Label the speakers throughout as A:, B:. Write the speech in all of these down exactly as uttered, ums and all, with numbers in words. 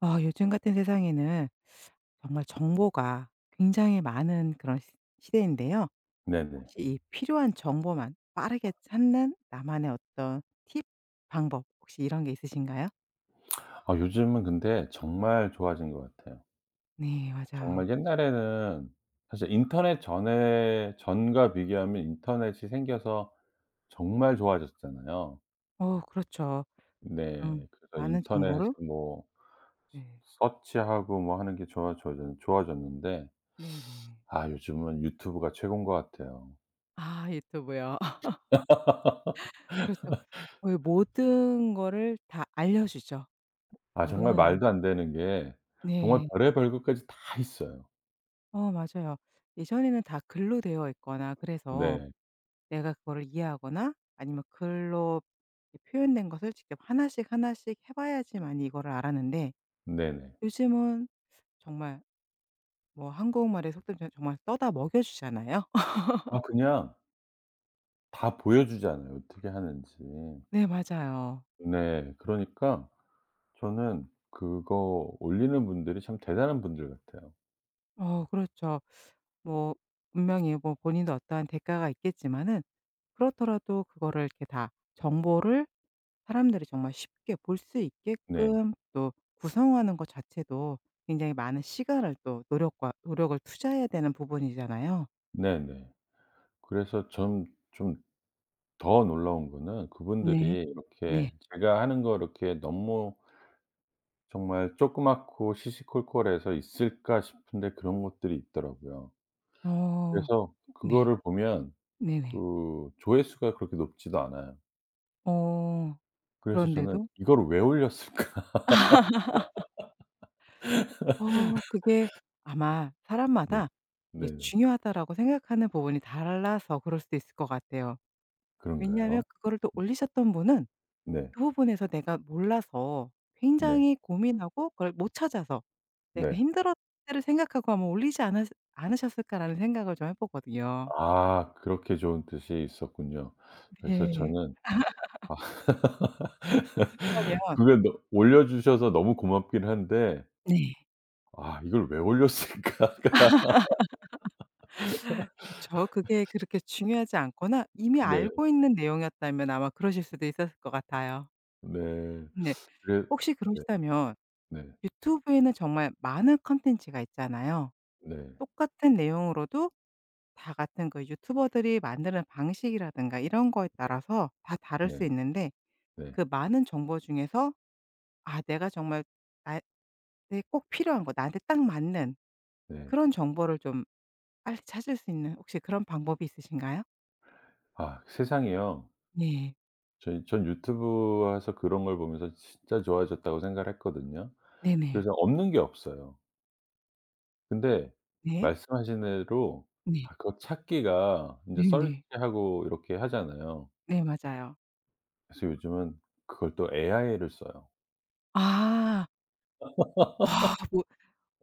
A: 아 요즘 같은 세상에는 정말 정보가 굉장히 많은 그런 시 시대인데요.
B: 네네.
A: 혹시 이 필요한 정보만 빠르게 찾는 나만의 어떤 팁, 방법 혹시 이런 게 있으신가요?
B: 아 요즘은 근데 정말 좋아진 것 같아요.
A: 네, 맞아요.
B: 정말 옛날에는 사실 인터넷 전에 전과 비교하면 인터넷이 생겨서 정말 좋아졌잖아요.
A: 어, 그렇죠. 음
B: 네. 그래서
A: 많은
B: 인터넷
A: 정보를.
B: 뭐
A: 네.
B: 서치하고 뭐 하는 게 좋아 좋아졌 좋아졌는데
A: 네네.
B: 아 요즘은 유튜브가 최고인 것 같아요.
A: 아, 유튜브요. 그렇죠. 거의 모든 거를 다 알려주죠.
B: 아 정말
A: 모르는 건.
B: 말도 안 되는 게 정말
A: 네.
B: 별의별 것까지 다 있어요.
A: 어, 맞아요. 예전에는 다 글로 되어 있거나 그래서
B: 네.
A: 내가 그거를 이해하거나 아니면 글로 표현된 것을 직접 하나씩 하나씩 해 봐야지만 이거를 알았는데,
B: 네네.
A: 요즘은 정말 뭐 한국말의 속담처럼 정말 떠다 먹여 주잖아요.
B: 아 그냥 다 보여 주잖아요, 어떻게 하는지.
A: 네, 맞아요.
B: 네. 그러니까 저는 그거 올리는 분들이 참 대단한 분들 같아요.
A: 어, 그렇죠. 뭐 분명히 뭐 본인도 어떠한 대가가 있겠지만은 그렇더라도 그거를 이렇게 다 정보를 사람들이 정말 쉽게 볼 수
B: 네.
A: 있게끔 또 구성하는 것 자체도 굉장히 많은 시간을 또 노력과 노력을 투자해야 되는 부분이잖아요.
B: 네네. 그래서 전 좀 더 놀라운 거는
A: 네.
B: 그분들이
A: 네.
B: 이렇게 제가 하는 거 이렇게 너무 정말 조그맣고 시시콜콜해서 있을까 싶은데 그런 것들이 있더라고요.
A: 어.
B: 그래서
A: 네.
B: 그거를 보면
A: 네네.
B: 그 조회수가 그렇게 높지도 않아요.
A: 어.
B: 그래서 저는
A: 그런데도
B: '이걸 왜 올렸을까?'
A: 어 그게 아마
B: 네.
A: 사람마다 이게
B: 네네.
A: '중요하다.'라고 생각하는 부분이 달라서 그럴 수도 있을 것 같아요. 왜냐하면
B: 그런가요?
A: 그거를 또 올리셨던 분은
B: 네.
A: 그 부분에서 내가 몰라서
B: 네.
A: 굉장히 고민하고 그걸 못 찾아서 '내가
B: 네.
A: 힘들었을 때를 생각하고 아마 올리지 않았 않으셨을까.'라는 생각을 좀 해 보거든요.
B: 아 그렇게 좋은 뜻이 있었군요. 그래서
A: 네.
B: 저는 아
A: 왜냐면.
B: 그게 너 올려주셔서 너무 고맙긴 한데
A: 네.
B: '아 이걸 왜 올렸을까?'
A: 그렇죠. 그게 그렇게 중요하지 않거나 이미
B: 네.
A: 알고 있는 내용이었다면 아마 그러실 수도 있었을 것 같아요.
B: 네.
A: 네.
B: 그래
A: 혹시
B: 네.
A: 그러시다면
B: 네.
A: 유튜브에는 정말 많은 컨텐츠가 있잖아요.
B: 네.
A: 똑같은 내용으로도 다 같은 그 유튜버들이 만드는 방식이라든가 이런 거에
B: 네.
A: 따라서 다 다를 수
B: 네.
A: 있는데,
B: 네.
A: 그 많은 정보 중에서 아 내가 정말 나꼭 필요한 거 나한테 딱 맞는
B: 네.
A: 그런 정보를 좀 빨리 찾을 수 있는 혹시 그런 방법이 있으신가요?
B: 아 세상이요.
A: 네.
B: 저희 전 유튜브에서 그런 걸 보면서 진짜 좋아졌다고 생각을 했거든요.
A: 네네.
B: 그래서 없는 게 없어요. 근데
A: 네.
B: 말씀하신 대로
A: 네.
B: 아 그거 찾기가 인제
A: 네네.
B: 서치하고 이렇게 하잖아요.
A: 네, 맞아요.
B: 그래서 요즘은 그걸 또 에이아이를 써요.
A: 아. 아 모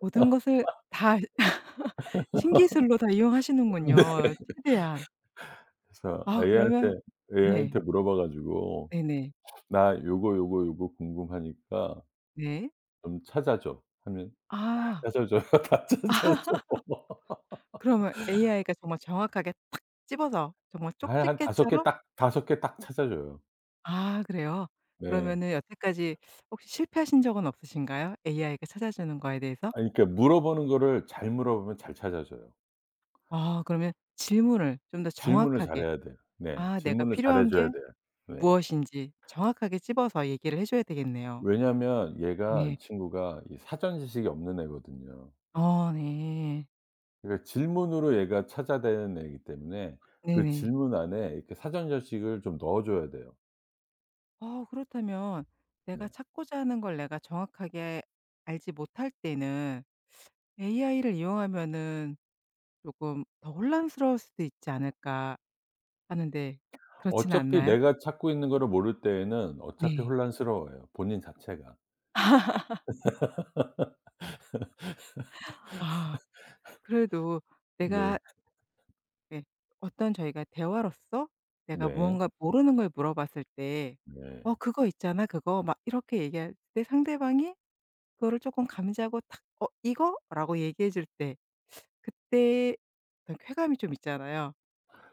A: 모든 것을 다 신기술로 다
B: 네.
A: 이용하시는군요, 최대한.
B: 그래서
A: 아,
B: AI한테
A: 그러면. 네.
B: AI한테 물어봐 가지고
A: 네네.
B: "나 요거, 요거, 요거 궁금하니까
A: 네.
B: 좀 찾아 줘." 하면 다
A: 아.
B: 찾아 줘요. 다 찾아 줘.
A: 그러면 에이아이가 정말 정확하게 탁 집어서 정말
B: 한한섯개
A: 쪽집게처럼?
B: 딱 다섯 개 딱 찾아 줘요.
A: 아, 그래요?
B: 네.
A: 그러면은 여태까지 혹시 실패하신 적은 없으신가요? 에이아이가 찾아주는 거에 대해서?
B: 아니 그러니까 물어보는 거를 잘 물어보면 잘 찾아 줘요.
A: 아, 그러면 질문을 좀 더
B: 질문을
A: 정확하게.
B: 잘해야 돼요. 네.
A: 아 내가
B: 질문을 잘해
A: 필요한
B: 줘야
A: 게
B: 돼요. 네.
A: 무엇인지 정확하게 집어서 얘기를 해 줘야 되겠네요.
B: 왜냐면 얘가
A: 네.
B: 이 친구가 이 사전 지식이 없는 애거든요.
A: 어, 네.
B: 그러니까 질문으로 얘가 찾아대는 애이기 때문에 그
A: 네네.
B: 질문 안에 이렇게 사전 지식을 좀 넣어 줘야 돼요.
A: 어 그렇다면 내가
B: 네.
A: 찾고자 하는 걸 내가 정확하게 알지 못할 때는 에이아이를 이용하면은 조금 더 혼란스러울 수도 있지 않을까 하는데 그렇지는
B: 어차피
A: 않나요?
B: 내가 찾고 있는 거를 모를 때에는 어차피
A: 네.
B: 혼란스러워요, 본인 자체가.
A: 아 그래도
B: 네.
A: 내가 예 어떤 저희가 대화로서 내가
B: 네.
A: 무언가 모르는 걸 물어봤을 때
B: 네.
A: "어 그거 있잖아, 그거." 막 이렇게 얘기할 때 상대방이 그거를 쪼끔 감지하고 탁 "어, 이거?"라고 얘기해 줄 때 그때 어떤 쾌감이 좀 있잖아요.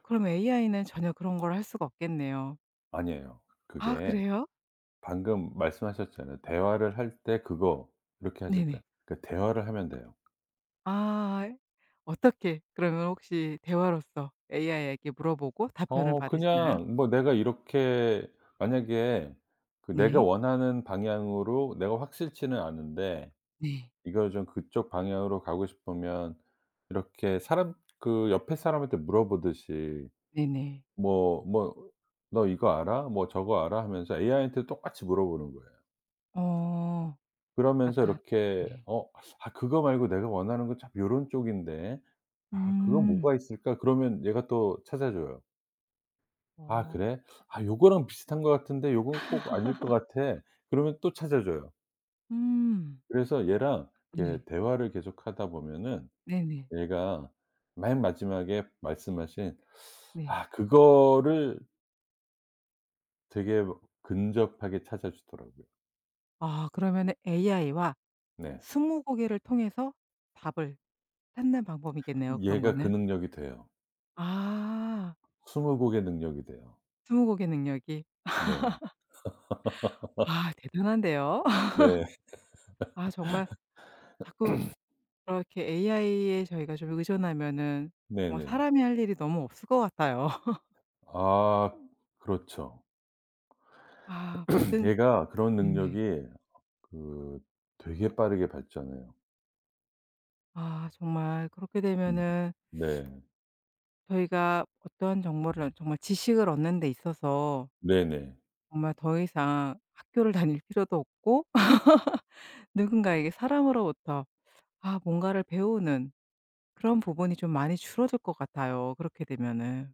A: 그럼 에이아이는 전혀 그런 걸 할 수가 없겠네요.
B: 아니에요.
A: 아,
B: 그게
A: 그래요?
B: 방금 말씀하셨잖아요. 대화를 할 때 그거 이렇게 하셨대요.
A: 네네.
B: 그 대화를 하면 돼요.
A: 아. 어떻게, 그러면 혹시 대화로서 에이아이에게 물어보고 답변을
B: 어
A: 받으시나요?
B: 그냥 뭐 내가 이렇게 만약에 그 내가
A: 네.
B: 원하는 방향으로 내가 확실치는 않은데
A: 네.
B: 이걸 좀 그쪽 방향으로 가고 싶으면 이렇게 사람 그 옆에 사람한테 물어보듯이
A: 네네.
B: 뭐 뭐 "너 이거 알아? 뭐 저거 알아?" 하면서 에이아이한테 똑같이 물어보는 거예요.
A: 어.
B: 그러면서
A: 약간.
B: 이렇게
A: 네.
B: 어 '아 그거 말고 내가 원하는 건 참 요런 쪽인데. 아 그거
A: 음.
B: 뭐가 있을까?' 그러면 얘가 또 찾아줘요. 아
A: 어.
B: 그래? "아 요거랑 비슷한 것 같은데 요건 꼭 아닐 것 같아." 그러면 또 찾아줘요.
A: 음.
B: 그래서 얘랑
A: 네.
B: 이렇게 대화를 계속하다 보면은
A: 네네.
B: 얘가 맨 마지막에 말씀하신
A: 네.
B: 아 그거를 되게 근접하게 찾아주더라고요.
A: 아 그러면은 에이아이와
B: 네.
A: 스무고개를 통해서 답을 찾는 방법이겠네요, 그런
B: 얘가 그
A: 거는.
B: 능력이 돼요.
A: 아
B: 스무고개 능력이 돼요.
A: 스무고개 능력이.
B: 네.
A: 아, 대단한데요.
B: 네.
A: 아 정말 자꾸 그렇게 에이아이에 저희가 좀 의존하면은 정말
B: 네네.
A: 사람이 할 일이 너무 없을 것 같아요.
B: 아 그렇죠.
A: 아 모든.
B: 얘가 그런
A: 네.
B: 능력이 그 되게 빠르게 발전해요.
A: 아 정말 그렇게
B: 네.
A: 되면은
B: 네.
A: 저희가 어떠한 정보를 얻- 정말 지식을 얻는 데 있어서
B: 네네.
A: 정말 더 이상 학교를 다닐 필요도 없고 누군가에게 사람으로부터 아 뭔가를 배우는 그런 부분이 좀 많이 줄어들 것 같아요, 그렇게 되면은.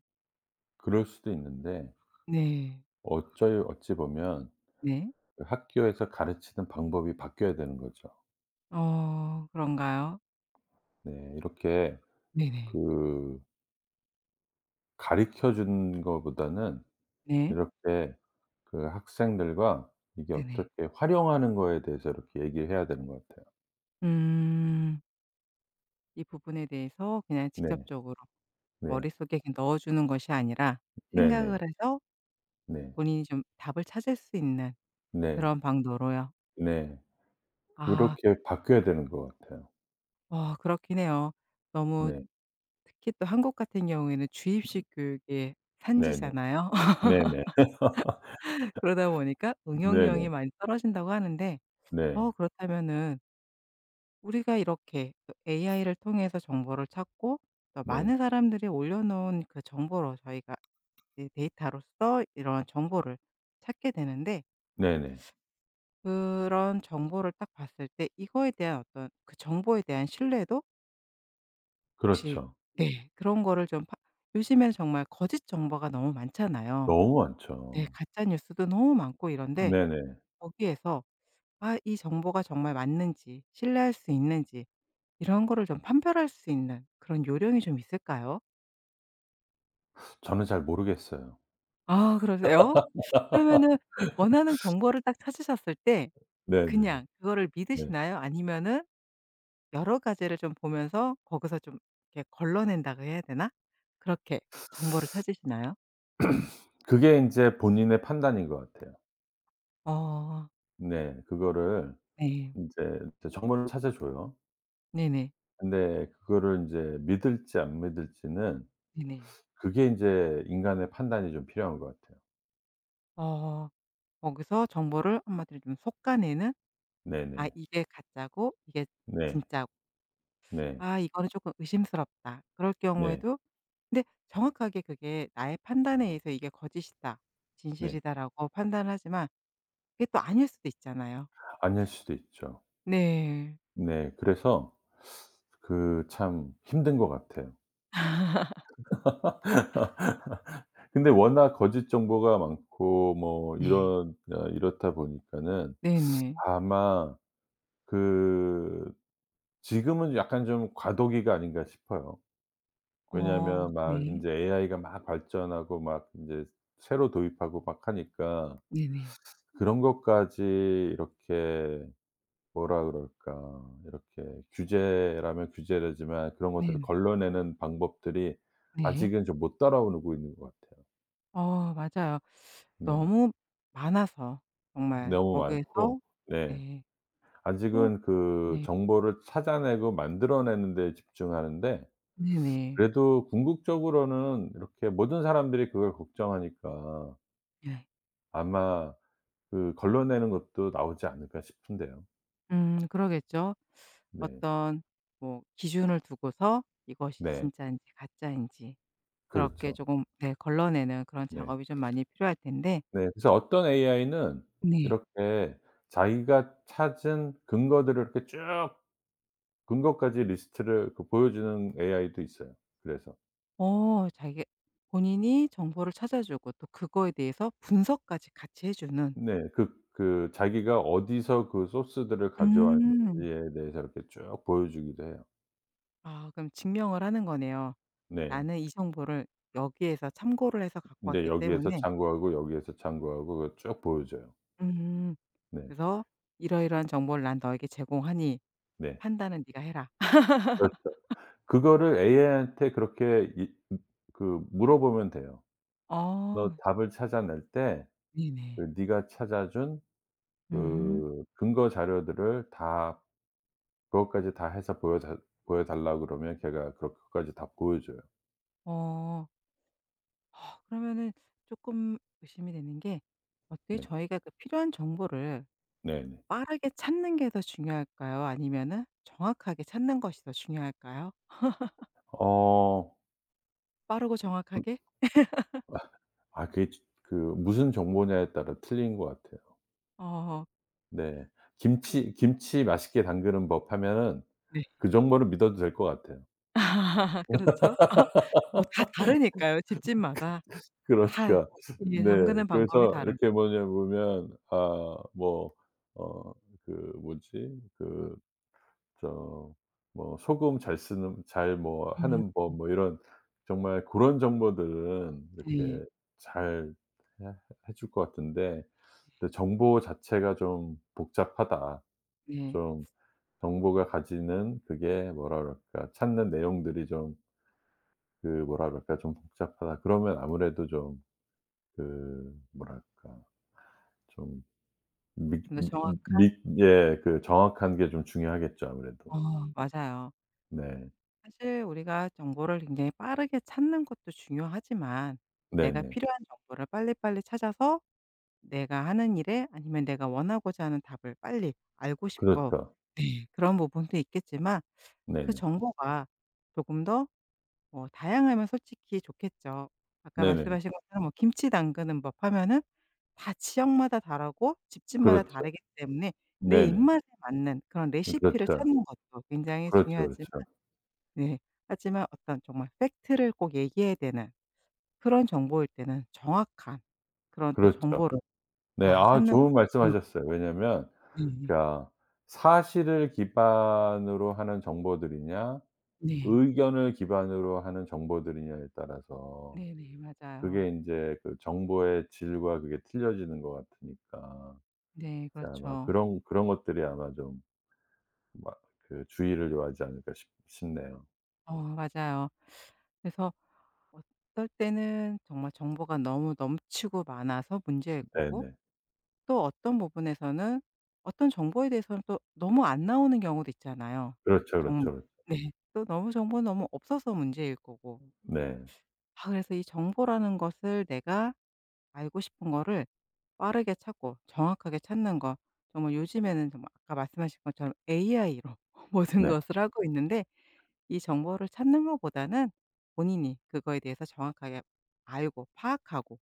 B: 그럴 수도 있는데
A: 네.
B: 어찌 어찌 보면
A: 네.
B: 그 학교에서 가르치는 방법이 바뀌어야 되는 거죠.
A: 어, 그런가요?
B: 네. 이렇게
A: 네네.
B: 그 가르쳐 주는 거보다는
A: 네.
B: 이렇게 그 학생들과 이게
A: 네네.
B: 어떻게 활용하는 거에 대해서 이렇게 얘기해야 되는 것 같아요.
A: 음. 이 부분에 대해서 그냥
B: 네.
A: 직접적으로
B: 네.
A: 머릿속에 그냥 넣어 주는 것이 아니라
B: 네네.
A: 생각을 해서
B: 네.
A: 본인이 좀 답을 찾을 수 있는
B: 네.
A: 그런 방도로요.
B: 네.
A: 아
B: 그렇게 바뀌어야 되는 것 같아요.
A: 어 그렇긴 해요. 너무
B: 네.
A: 특히 또 한국 같은 경우에는 주입식 교육의
B: 네네.
A: 산지잖아요.
B: 네네.
A: 그러다 보니까
B: 네네.
A: 응용력이 많이 떨어진다고 하는데, 어
B: 네.
A: 그렇다면은 우리가 이렇게 그 에이아이를 통해서 정보를 찾고 또
B: 네네.
A: 많은 사람들이 올려놓은 그 정보로 저희가 이 데이터로서 이런 정보를 찾게 되는데,
B: 네네.
A: 그런 정보를 딱 봤을 때 이거에 대한 어떤 그 정보에 대한 신뢰도 혹시
B: 그렇죠.
A: 네 그런 거를 좀 파 요즘에는 정말 거짓 정보가 너무 많잖아요.
B: 너무
A: 네
B: 많죠.
A: 가짜 뉴스도 너무 많고 이런데
B: 네네.
A: 거기에서 '아 이 정보가 정말 맞는지 신뢰할 수 있는지' 이런 거를 좀 판별할 수 있는 그런 요령이 좀 있을까요?
B: 저는 잘 모르겠어요.
A: 아, 그러세요? 그러면은 원하는 정보를 딱 찾으셨을 때
B: 네네.
A: 그냥 그거를
B: 네.
A: 믿으시나요? 아니면은 여러 가지를 좀 보면서 거기서 좀 이렇게 걸러낸다고 해야 되나? 그렇게 정보를 찾으시나요?
B: 그게 인제 본인의 판단인 것 같아요.
A: 어,
B: 네. 그거를
A: 네.
B: 인제 이제 정보를 찾아줘요.
A: 네네.
B: 근데 그거를 인제 믿을지 안 믿을지는
A: 네네.
B: 그게 인제 인간의 판단이 좀 필요한 것 같아요.
A: 어 거기서 정보를 한마디로 좀 솎아내는 '아
B: 네네.
A: 이게 가짜고 이게
B: 네.
A: 진짜.'
B: 네.
A: '아 이거는 쪼끔 의심스럽다.' 그럴
B: 네.
A: 경우에도 근데 정확하게 그게 나의 판단에 의해서 이게 거짓이다,
B: 네.
A: 진실이다라고 판단하지만 그게 또 아닐 수도 있잖아요.
B: 아닐 수도 있죠.
A: 네.
B: 네. 그래서 그 참 힘든 것 같아요. 근데 워낙 거짓 정보가 많고 뭐
A: 네.
B: 이런 어 이렇다 보니까는
A: 네네.
B: 아마 그 지금은 약간 좀 과도기가 아닌가 싶어요.
A: 어.
B: 왜냐하면 막
A: 네.
B: 인제 에이아이가 막 발전하고 막 인제 새로 도입하고 막 하니까
A: 네네.
B: 그런 것까지 이렇게 뭐라 그럴까 이렇게 규제라면 규제라지만 그런 것들을
A: 네네.
B: 걸러내는 방법들이
A: 네.
B: 아직은 좀 못 따라오고 있는 것 같아요.
A: 어, 맞아요.
B: 네.
A: 너무 많아서 정말
B: 너무 많고
A: 거기에서.
B: 네.
A: 네. 또.
B: 아직은 그
A: 네.
B: 정보를 찾아내고 만들어내는 데 집중하는데
A: 네네.
B: 그래도 궁극적으로는 이렇게 모든 사람들이 그걸 걱정하니까
A: 네.
B: 아마 그 걸러내는 것도 나오지 않을까 싶은데요.
A: 음, 그러겠죠.
B: 네.
A: 어떤 뭐 기준을 두고서 이것이
B: 네.
A: 진짜인지 가짜인지 그렇게
B: 그렇죠.
A: 조금 네 걸러내는 그런
B: 네.
A: 작업이 좀 많이 필요할 텐데.
B: 네. 그래서 어떤 에이아이는
A: 네.
B: 이렇게 자기가 찾은 근거들을 이렇게 쭉 근거까지 리스트를 그 보여주는 에이아이도 있어요, 그래서.
A: 어 자기 본인이 정보를 찾아주고 또 그거에 대해서 분석까지 같이 해 주는.
B: 네. 그 그 자기가 어디서 그 소스들을
A: 음.
B: 가져왔는지에 대해서 이렇게 쭉 보여주기도 해요.
A: 아, 그럼 증명을 하는 거네요.
B: 네.
A: 나는 이 정보를 여기에서 참고를 해서 갖고
B: 근데
A: 왔기
B: 여기에서
A: 때문에.
B: 참고하고 여기에서 참고하고 그걸 쭉 보여줘요.
A: 음.
B: 네.
A: 그래서 이러이러한 정보를 난 너에게 제공하니
B: 네.
A: 판단은 네가 해라.
B: 그렇죠. 그거를 에이아이한테 그렇게 이 음 그 물어보면 돼요. "너
A: 어.
B: 답을 찾아낼 때
A: 네네.
B: 그 네가 찾아준
A: 음.
B: 그 근거 자료들을 다 그것까지 다 해서 보여 달 보여 달라." 그러면 걔가 그렇 그것까지 다 보여줘요.
A: 어. 아, 그러면은 조금 의심이 되는 게 어떻게
B: 네.
A: 저희가 그 필요한 정보를
B: 네네.
A: 빠르게 찾는 게 더 중요할까요? 아니면은 정확하게 찾는 것이 더 중요할까요?
B: 어
A: 빠르고 정확하게?
B: 아 그게 지 그 무슨 정보냐에 따라 틀린 것 같아요.
A: 어.
B: 네. 김치 김치 맛있게 담그는 법 하면은
A: 네.
B: 그 정보를 믿어도 될 것 같아요.
A: 그렇죠. 뭐 다 다르니까요, 집집마다. 다
B: 그러니까
A: 예
B: 네.
A: 잠그는 방법이
B: 그래서
A: 다른.
B: 이렇게 뭐냐 보면 아 뭐 어 그 뭐지? 그 저 뭐 소금 잘 쓰는 잘 뭐
A: 음.
B: 하는 법 뭐 이런 정말 고런 정보들은
A: 네.
B: 이렇게 잘 해 해 줄 것 같은데 근데 정보 자체가 좀 복잡하다.
A: 네.
B: 좀 정보가 가지는 그게 뭐라 그럴까 찾는 내용들이 좀 그 뭐라 그럴까 좀 복잡하다 그러면 아무래도 좀 그 뭐랄까 좀 믹
A: 좀 더
B: 믹
A: 정확한.
B: 믹 예 그 정확한 게 좀 중요하겠죠 아무래도.
A: 어, 맞아요.
B: 네.
A: 사실 우리가 정보를 굉장히 빠르게 찾는 것도 중요하지만 내가
B: 네네.
A: 필요한 정보를 빨리빨리 찾아서 내가 하는 일에 아니면 내가 원하고자 하는 답을 빨리 알고 싶고,
B: 그렇죠.
A: 네 그런 부분도 있겠지만 그
B: 네네.
A: 정보가 조금 더 뭐 다양하면 솔직히 좋겠죠. 아까
B: 네네.
A: 말씀하신 것처럼 뭐 김치 담그는 법 하면은 다 지역마다 다르고 집집마다
B: 그렇죠.
A: 다르기 때문에 내
B: 네네.
A: 입맛에 맞는 그런
B: 음
A: 레시피를
B: 그렇죠.
A: 찾는 것도 굉장히
B: 그렇죠,
A: 중요하지만.
B: 그렇죠.
A: 네. 하지만 어떤 정말 팩트를 꼭 얘기해야 되는 그런 정보일 때는 정확한 그런 또
B: 그렇죠.
A: 정보를
B: 네.
A: 아
B: 아
A: 찾는
B: 좋은
A: 것도 중요합니
B: 말씀하셨어요.
A: 죠
B: 왜냐면
A: 네.
B: 그러니까 사실을 기반으로 하는 정보들이냐
A: 네.
B: 의견을 기반으로 하는 정보들이냐에 따라서
A: 네네.
B: 그게
A: 맞아요.
B: 인제 그 정보의 질과 그게 틀려지는 것 같으니까
A: 네.
B: 이제 아마
A: 그렇죠.
B: 그런 그런 것들이 아마 좀 막 그 주의를 요하지 않을까 싶 싶네요.
A: 어, 맞아요. 그래서 어떨 때는 정말 정보가 너무 넘치고 많아서 문제일 거고
B: 네네.
A: 또 어떤 부분에서는 어떤 정보에 대해서는 또 너무 안 나오는 경우도 있잖아요.
B: 그렇죠,
A: 정말.
B: 그렇죠, 그렇죠.
A: 네. 또 너무 정보는 너무 없어서 문제일 거고.
B: 네.
A: 아 그래서 이 정보라는 것을 내가 알고 싶은 거를 빠르게 찾고 정확하게 찾는 거 정말 요즘에는 정말 아까 말씀하신 것처럼 에이아이로 모든
B: 네.
A: 것을 하고 있는데, 이 정보를 찾는 것보다는 본인이 그거에 대해서 정확하게 알고 파악하고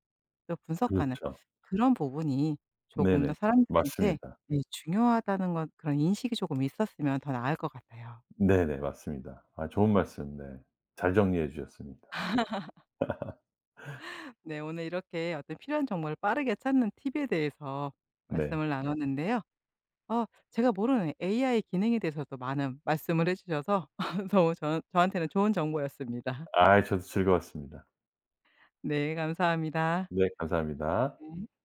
A: 또 분석하는
B: 그렇죠.
A: 그런 부분이 조금 더
B: 네네.
A: 사람들한테
B: 맞습니다.
A: 네 중요하다는 것 그런 인식이 조금 있었으면 더 나을 것 같아요.
B: 네네. 맞습니다. 아 좋은 말씀 네. 잘 정리해 주셨습니다.
A: 네, 오늘 이렇게 어떤 필요한 정보를 빠르게 찾는 팁에 대해서
B: 네.
A: 말씀을 나눴는데요. 어, 제가 모르는 에이아이 기능에 대해서도 많은 말씀을 해주셔서 너무 저, 저한테는 좋은 정보였습니다.
B: 아이 저도 즐거웠습니다.
A: 네, 감사합니다.
B: 네. 감사합니다.
A: 네.